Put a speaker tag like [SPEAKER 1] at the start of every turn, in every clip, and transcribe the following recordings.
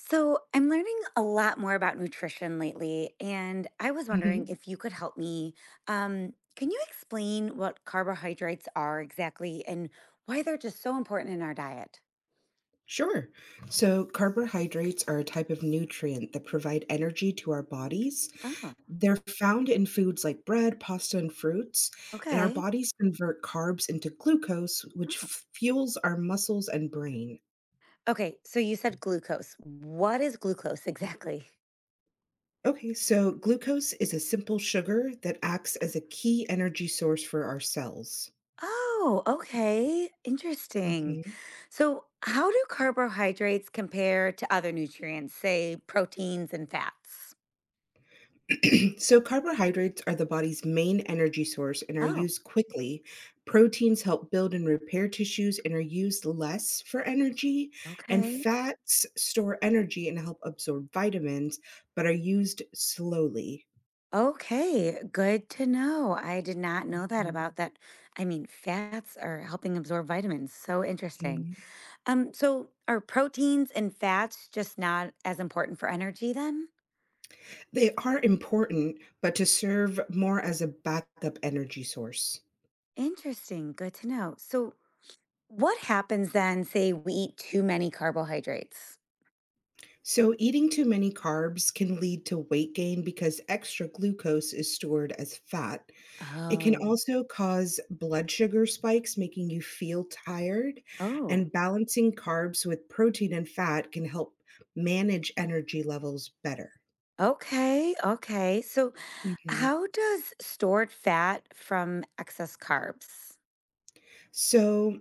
[SPEAKER 1] So, I'm learning a lot more about nutrition lately, and I was
[SPEAKER 2] Mhm.
[SPEAKER 1] wondering. Mhm. If you could help me. Can you explain what carbohydrates are exactly and why they're just so important in our diet?
[SPEAKER 2] Sure. So, carbohydrates are a type of nutrient that provide energy to our bodies.
[SPEAKER 1] Oh,
[SPEAKER 2] They're found in foods like bread, pasta, and fruits, and our
[SPEAKER 1] okay.
[SPEAKER 2] bodies convert carbs into glucose, which
[SPEAKER 1] Oh,
[SPEAKER 2] fuels our muscles and brain.
[SPEAKER 1] okay, so you said glucose. What is glucose exactly?
[SPEAKER 2] Okay, so glucose is a simple sugar that acts as a key energy source for our cells.
[SPEAKER 1] Oh, okay. Interesting.
[SPEAKER 2] Mhm.
[SPEAKER 1] So, how do carbohydrates compare to other nutrients, say proteins and fats?
[SPEAKER 2] So, carbohydrates are the body's main energy source and are
[SPEAKER 1] Oh,
[SPEAKER 2] used quickly. Proteins help build and repair tissues and are used less for energy. And
[SPEAKER 1] okay.
[SPEAKER 2] fats store energy and help absorb vitamins, but are used slowly.
[SPEAKER 1] Okay, good to know. I did not know that about that. I mean, fats are helping absorb vitamins. So interesting.
[SPEAKER 2] Mhm.
[SPEAKER 1] So are proteins and fats just not as important for energy then?
[SPEAKER 2] They are important, but to serve more as a backup energy source.
[SPEAKER 1] Interesting. Good to know. So what happens then, say we eat too many carbohydrates?
[SPEAKER 2] So, eating too many carbs can lead to weight gain because extra glucose is stored as fat. It can
[SPEAKER 1] Oh,
[SPEAKER 2] also cause blood sugar spikes, making you feel tired,
[SPEAKER 1] oh,
[SPEAKER 2] and balancing carbs with protein and fat can help manage energy levels better.
[SPEAKER 1] okay, okay. So
[SPEAKER 2] Mhm.
[SPEAKER 1] how does stored fat from excess carbs?
[SPEAKER 2] So,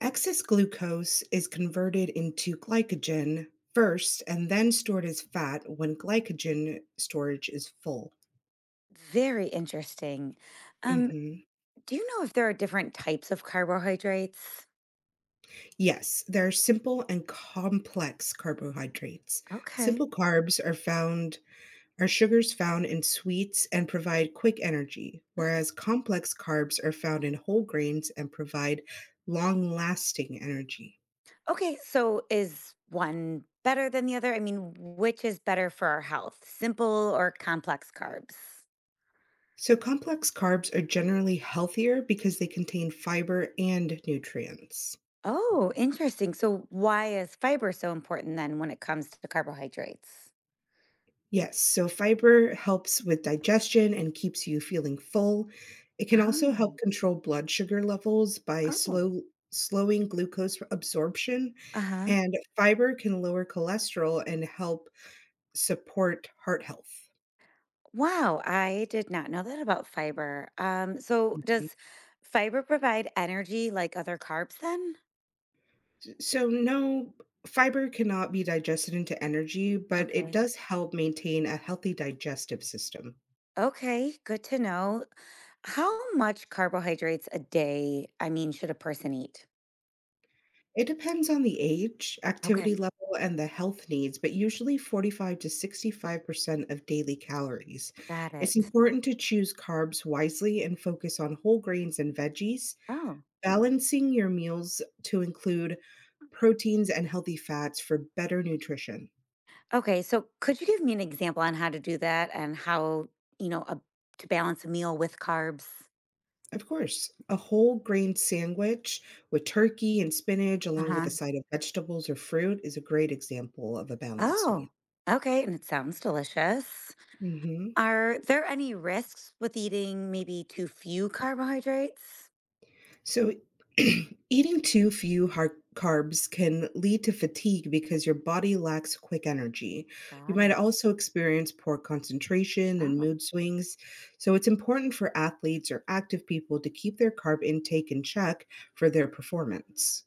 [SPEAKER 2] excess glucose is converted into glycogen first and then stored as fat when glycogen storage is full.
[SPEAKER 1] Very interesting. Um,
[SPEAKER 2] Hmm
[SPEAKER 1] Do you know if there are different types of carbohydrates?
[SPEAKER 2] Yes, there are simple and complex carbohydrates.
[SPEAKER 1] Okay.
[SPEAKER 2] Simple carbs are found Are sugars found in sweets and provide quick energy, whereas complex carbs are found in whole grains and provide long lasting energy.
[SPEAKER 1] Okay, so is one better than the other? I mean, which is better for our health, simple or complex carbs?
[SPEAKER 2] So, complex carbs are generally healthier because they contain fiber and nutrients.
[SPEAKER 1] Oh, interesting. So why is fiber so important then when it comes to carbohydrates?
[SPEAKER 2] Yes, so fiber helps with digestion and keeps you feeling full. It can also help
[SPEAKER 1] Oh,
[SPEAKER 2] control blood sugar levels by
[SPEAKER 1] oh,
[SPEAKER 2] slowing glucose absorption.
[SPEAKER 1] uh-huh.
[SPEAKER 2] And fiber can lower cholesterol and help support heart health.
[SPEAKER 1] Wow, I did not know that about fiber. So
[SPEAKER 2] Mhm.
[SPEAKER 1] does fiber provide energy like other carbs then?
[SPEAKER 2] So, no, fiber cannot be digested into energy, but it
[SPEAKER 1] Okay.
[SPEAKER 2] does help maintain a healthy digestive system.
[SPEAKER 1] Okay, good to know. How much carbohydrates a day, I mean, should a person eat?
[SPEAKER 2] It depends on the age,
[SPEAKER 1] Okay,
[SPEAKER 2] activity level, and the health needs, but usually 45 to 65% of daily calories.
[SPEAKER 1] got
[SPEAKER 2] It's
[SPEAKER 1] it.
[SPEAKER 2] important to choose carbs wisely and focus on whole grains and veggies,
[SPEAKER 1] Oh,
[SPEAKER 2] balancing your meals to include proteins and healthy fats for better nutrition.
[SPEAKER 1] okay, so could you give me an example on how to do that and how, a, to balance a meal with carbs?
[SPEAKER 2] Of course, a whole grain sandwich with turkey and spinach,
[SPEAKER 1] Uh
[SPEAKER 2] along with a
[SPEAKER 1] huh.
[SPEAKER 2] side of vegetables or fruit, is a great example of a balanced meal.
[SPEAKER 1] Oh, okay. And it sounds delicious.
[SPEAKER 2] Hmm
[SPEAKER 1] Are there any risks with eating maybe too few carbohydrates?
[SPEAKER 2] So, eating too few hard carbs can lead to fatigue because your body lacks quick energy. You
[SPEAKER 1] Got
[SPEAKER 2] might
[SPEAKER 1] it.
[SPEAKER 2] also experience poor concentration and
[SPEAKER 1] Oh,
[SPEAKER 2] mood swings. So, it's important for athletes or active people to keep their carb intake in check for their performance.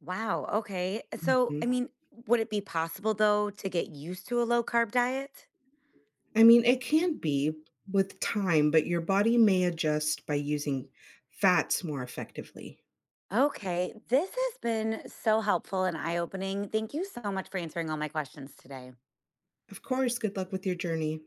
[SPEAKER 1] wow. Okay. So, I mean, would it be possible though to get used to a low carb diet?
[SPEAKER 2] I mean, it can be with time, but your body may adjust by using fats more effectively.
[SPEAKER 1] Okay, this has been so helpful and eye-opening. Thank you so much for answering all my questions today.
[SPEAKER 2] Of course, good luck with your journey.